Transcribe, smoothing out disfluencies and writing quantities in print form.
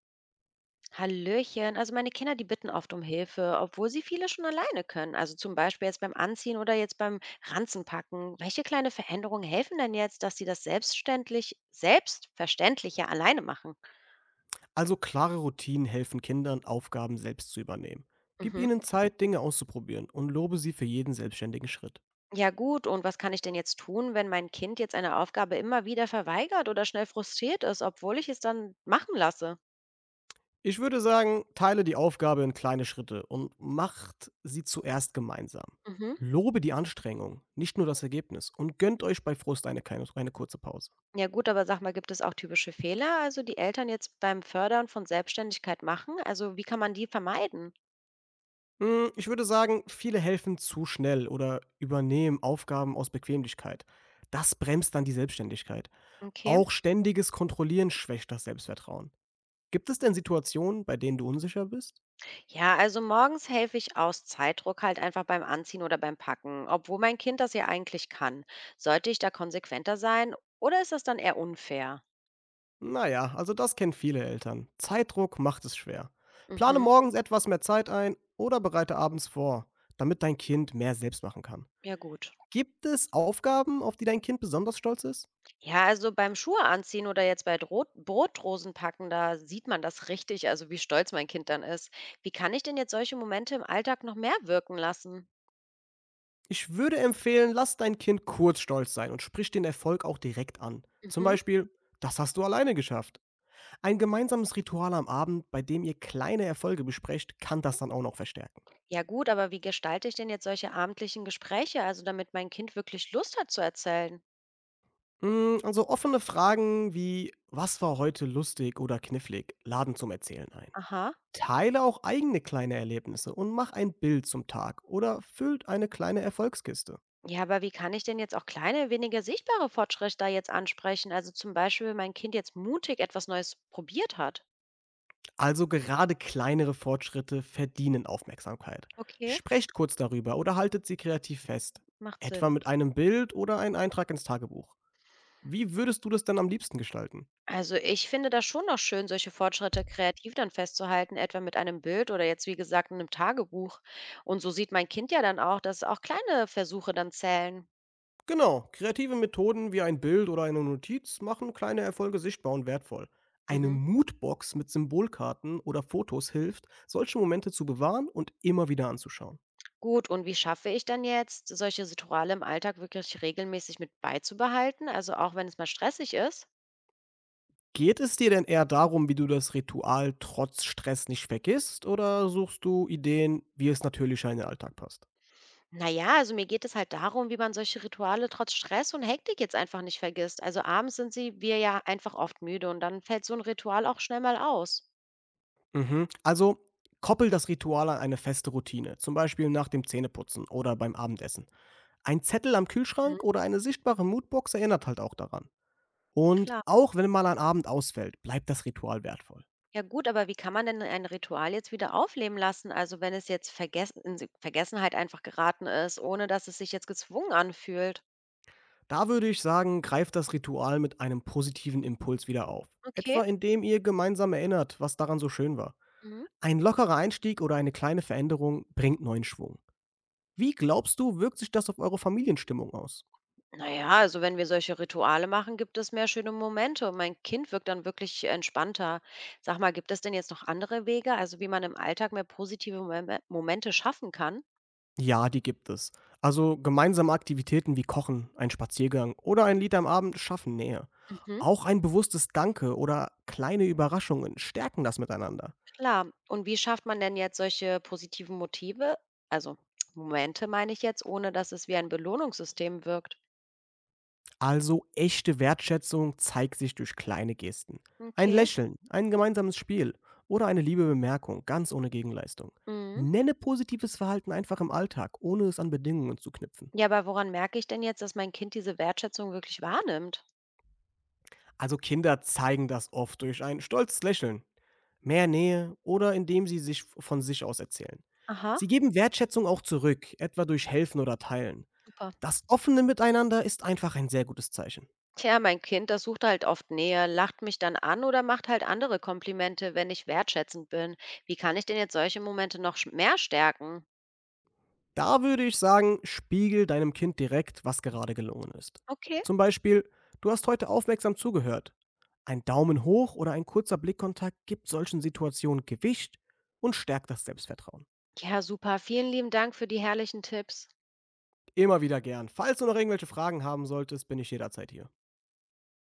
Hallöchen. Also meine Kinder, die bitten oft um Hilfe, obwohl sie viele schon alleine können. Also zum Beispiel jetzt beim Anziehen oder jetzt beim Ranzenpacken. Welche kleine Veränderungen helfen denn jetzt, dass sie das selbstständig, selbstverständlicher alleine machen? Also klare Routinen helfen Kindern, Aufgaben selbst zu übernehmen. Gib Mhm. ihnen Zeit, Dinge auszuprobieren und lobe sie für jeden selbstständigen Schritt. Ja gut, und was kann ich denn jetzt tun, wenn mein Kind jetzt eine Aufgabe immer wieder verweigert oder schnell frustriert ist, obwohl ich es dann machen lasse? Ich würde sagen, teile die Aufgabe in kleine Schritte und macht sie zuerst gemeinsam. Mhm. Lobe die Anstrengung, nicht nur das Ergebnis und gönnt euch bei Frust eine kurze Pause. Ja gut, aber sag mal, gibt es auch typische Fehler, also die Eltern jetzt beim Fördern von Selbstständigkeit machen? Also wie kann man die vermeiden? Ich würde sagen, viele helfen zu schnell oder übernehmen Aufgaben aus Bequemlichkeit. Das bremst dann die Selbstständigkeit. Okay. Auch ständiges Kontrollieren schwächt das Selbstvertrauen. Gibt es denn Situationen, bei denen du unsicher bist? Ja, also morgens helfe ich aus Zeitdruck halt einfach beim Anziehen oder beim Packen, obwohl mein Kind das ja eigentlich kann. Sollte ich da konsequenter sein oder ist das dann eher unfair? Naja, also das kennen viele Eltern. Zeitdruck macht es schwer. Plane Mhm, morgens etwas mehr Zeit ein oder bereite abends vor, damit dein Kind mehr selbst machen kann. ja gut. Gibt es Aufgaben, auf die dein Kind besonders stolz ist? Ja, also beim Schuhe anziehen oder jetzt bei Drot Brotdosen packen, da sieht man das richtig, also wie stolz mein Kind dann ist. Wie kann ich denn jetzt solche Momente im Alltag noch mehr wirken lassen? Ich würde empfehlen, lass dein Kind kurz stolz sein und sprich den Erfolg auch direkt an. Zum Mhm. Beispiel, das hast du alleine geschafft. Ein gemeinsames Ritual am Abend, bei dem ihr kleine Erfolge besprecht, kann das dann auch noch verstärken. Ja gut, aber wie gestalte ich denn jetzt solche abendlichen Gespräche, also damit mein Kind wirklich Lust hat zu erzählen? Also offene Fragen wie „Was war heute lustig oder knifflig?“ laden zum Erzählen ein. Aha. Teile auch eigene kleine Erlebnisse und mach ein Bild zum Tag oder füllt eine kleine Erfolgskiste. Ja, aber wie kann ich denn jetzt auch kleine, weniger sichtbare Fortschritte da jetzt ansprechen? Also zum Beispiel, wenn mein Kind jetzt mutig etwas Neues probiert hat. Also gerade kleinere Fortschritte verdienen Aufmerksamkeit. Okay, Sprecht kurz darüber oder haltet sie kreativ fest, macht etwa Sinn. mit einem Bild oder einem Eintrag ins Tagebuch. Wie würdest du das denn am liebsten gestalten? Also ich finde das schon noch schön, solche Fortschritte kreativ dann festzuhalten, etwa mit einem Bild oder jetzt wie gesagt in einem Tagebuch. Und so sieht mein Kind ja dann auch, dass auch kleine Versuche dann zählen. Genau, kreative Methoden wie ein Bild oder eine Notiz machen kleine Erfolge sichtbar und wertvoll. Eine Mhm. Moodbox mit Symbolkarten oder Fotos hilft, solche Momente zu bewahren und immer wieder anzuschauen. Gut, und wie schaffe ich dann jetzt, solche Rituale im Alltag wirklich regelmäßig mit beizubehalten? Also auch wenn es mal stressig ist? Geht es dir denn eher darum, wie du das Ritual trotz Stress nicht vergisst, oder suchst du Ideen, wie es natürlicher in den Alltag passt? Naja, also mir geht es halt darum, wie man solche Rituale trotz Stress und Hektik jetzt einfach nicht vergisst. Also abends sind sie wir ja einfach oft müde und dann fällt so ein Ritual auch schnell mal aus. Mhm. Also koppel das Ritual an eine feste Routine, zum Beispiel nach dem Zähneputzen oder beim Abendessen. Ein Zettel am Mhm, Kühlschrank oder eine sichtbare Moodbox erinnert halt auch daran. Und klar. auch wenn mal ein Abend ausfällt, bleibt das Ritual wertvoll. Ja gut, aber wie kann man denn ein Ritual jetzt wieder aufleben lassen? Also wenn es jetzt vergessen, in Vergessenheit einfach geraten ist, ohne dass es sich jetzt gezwungen anfühlt. Da würde ich sagen, greift das Ritual mit einem positiven Impuls wieder auf. Okay. Etwa indem ihr gemeinsam erinnert, was daran so schön war. Mhm. Ein lockerer Einstieg oder eine kleine Veränderung bringt neuen Schwung. Wie glaubst du, wirkt sich das auf eure Familienstimmung aus? Naja, also wenn wir solche Rituale machen, gibt es mehr schöne Momente und mein Kind wirkt dann wirklich entspannter. Sag mal, gibt es denn jetzt noch andere Wege, also wie man im Alltag mehr positive Momente schaffen kann? Ja, die gibt es. Also gemeinsame Aktivitäten wie Kochen, ein Spaziergang oder ein Lied am Abend schaffen Nähe. Mhm. Auch ein bewusstes Danke oder kleine Überraschungen stärken das miteinander. Klar. Und wie schafft man denn jetzt solche positiven Motive, also Momente meine ich jetzt, ohne dass es wie ein Belohnungssystem wirkt? Also echte Wertschätzung zeigt sich durch kleine Gesten. Ein Okay. Lächeln, ein gemeinsames Spiel oder eine liebe Bemerkung, ganz ohne Gegenleistung. Mhm. Nenne positives Verhalten einfach im Alltag, ohne es an Bedingungen zu knüpfen. Ja, aber woran merke ich denn jetzt, dass mein Kind diese Wertschätzung wirklich wahrnimmt? Also Kinder zeigen das oft durch ein stolzes Lächeln, mehr Nähe oder indem sie sich von sich aus erzählen. Aha. Sie geben Wertschätzung auch zurück, etwa durch Helfen oder Teilen. Super. Das offene Miteinander ist einfach ein sehr gutes Zeichen. Tja, mein Kind, das sucht halt oft Nähe, lacht mich dann an oder macht halt andere Komplimente, wenn ich wertschätzend bin. Wie kann ich denn jetzt solche Momente noch mehr stärken? Da würde ich sagen, spiegel deinem Kind direkt, was gerade gelungen ist. Okay. Zum Beispiel, du hast heute aufmerksam zugehört. Ein Daumen hoch oder ein kurzer Blickkontakt gibt solchen Situationen Gewicht und stärkt das Selbstvertrauen. Ja, super. Vielen lieben Dank für die herrlichen Tipps. Immer wieder gern. Falls du noch irgendwelche Fragen haben solltest, bin ich jederzeit hier.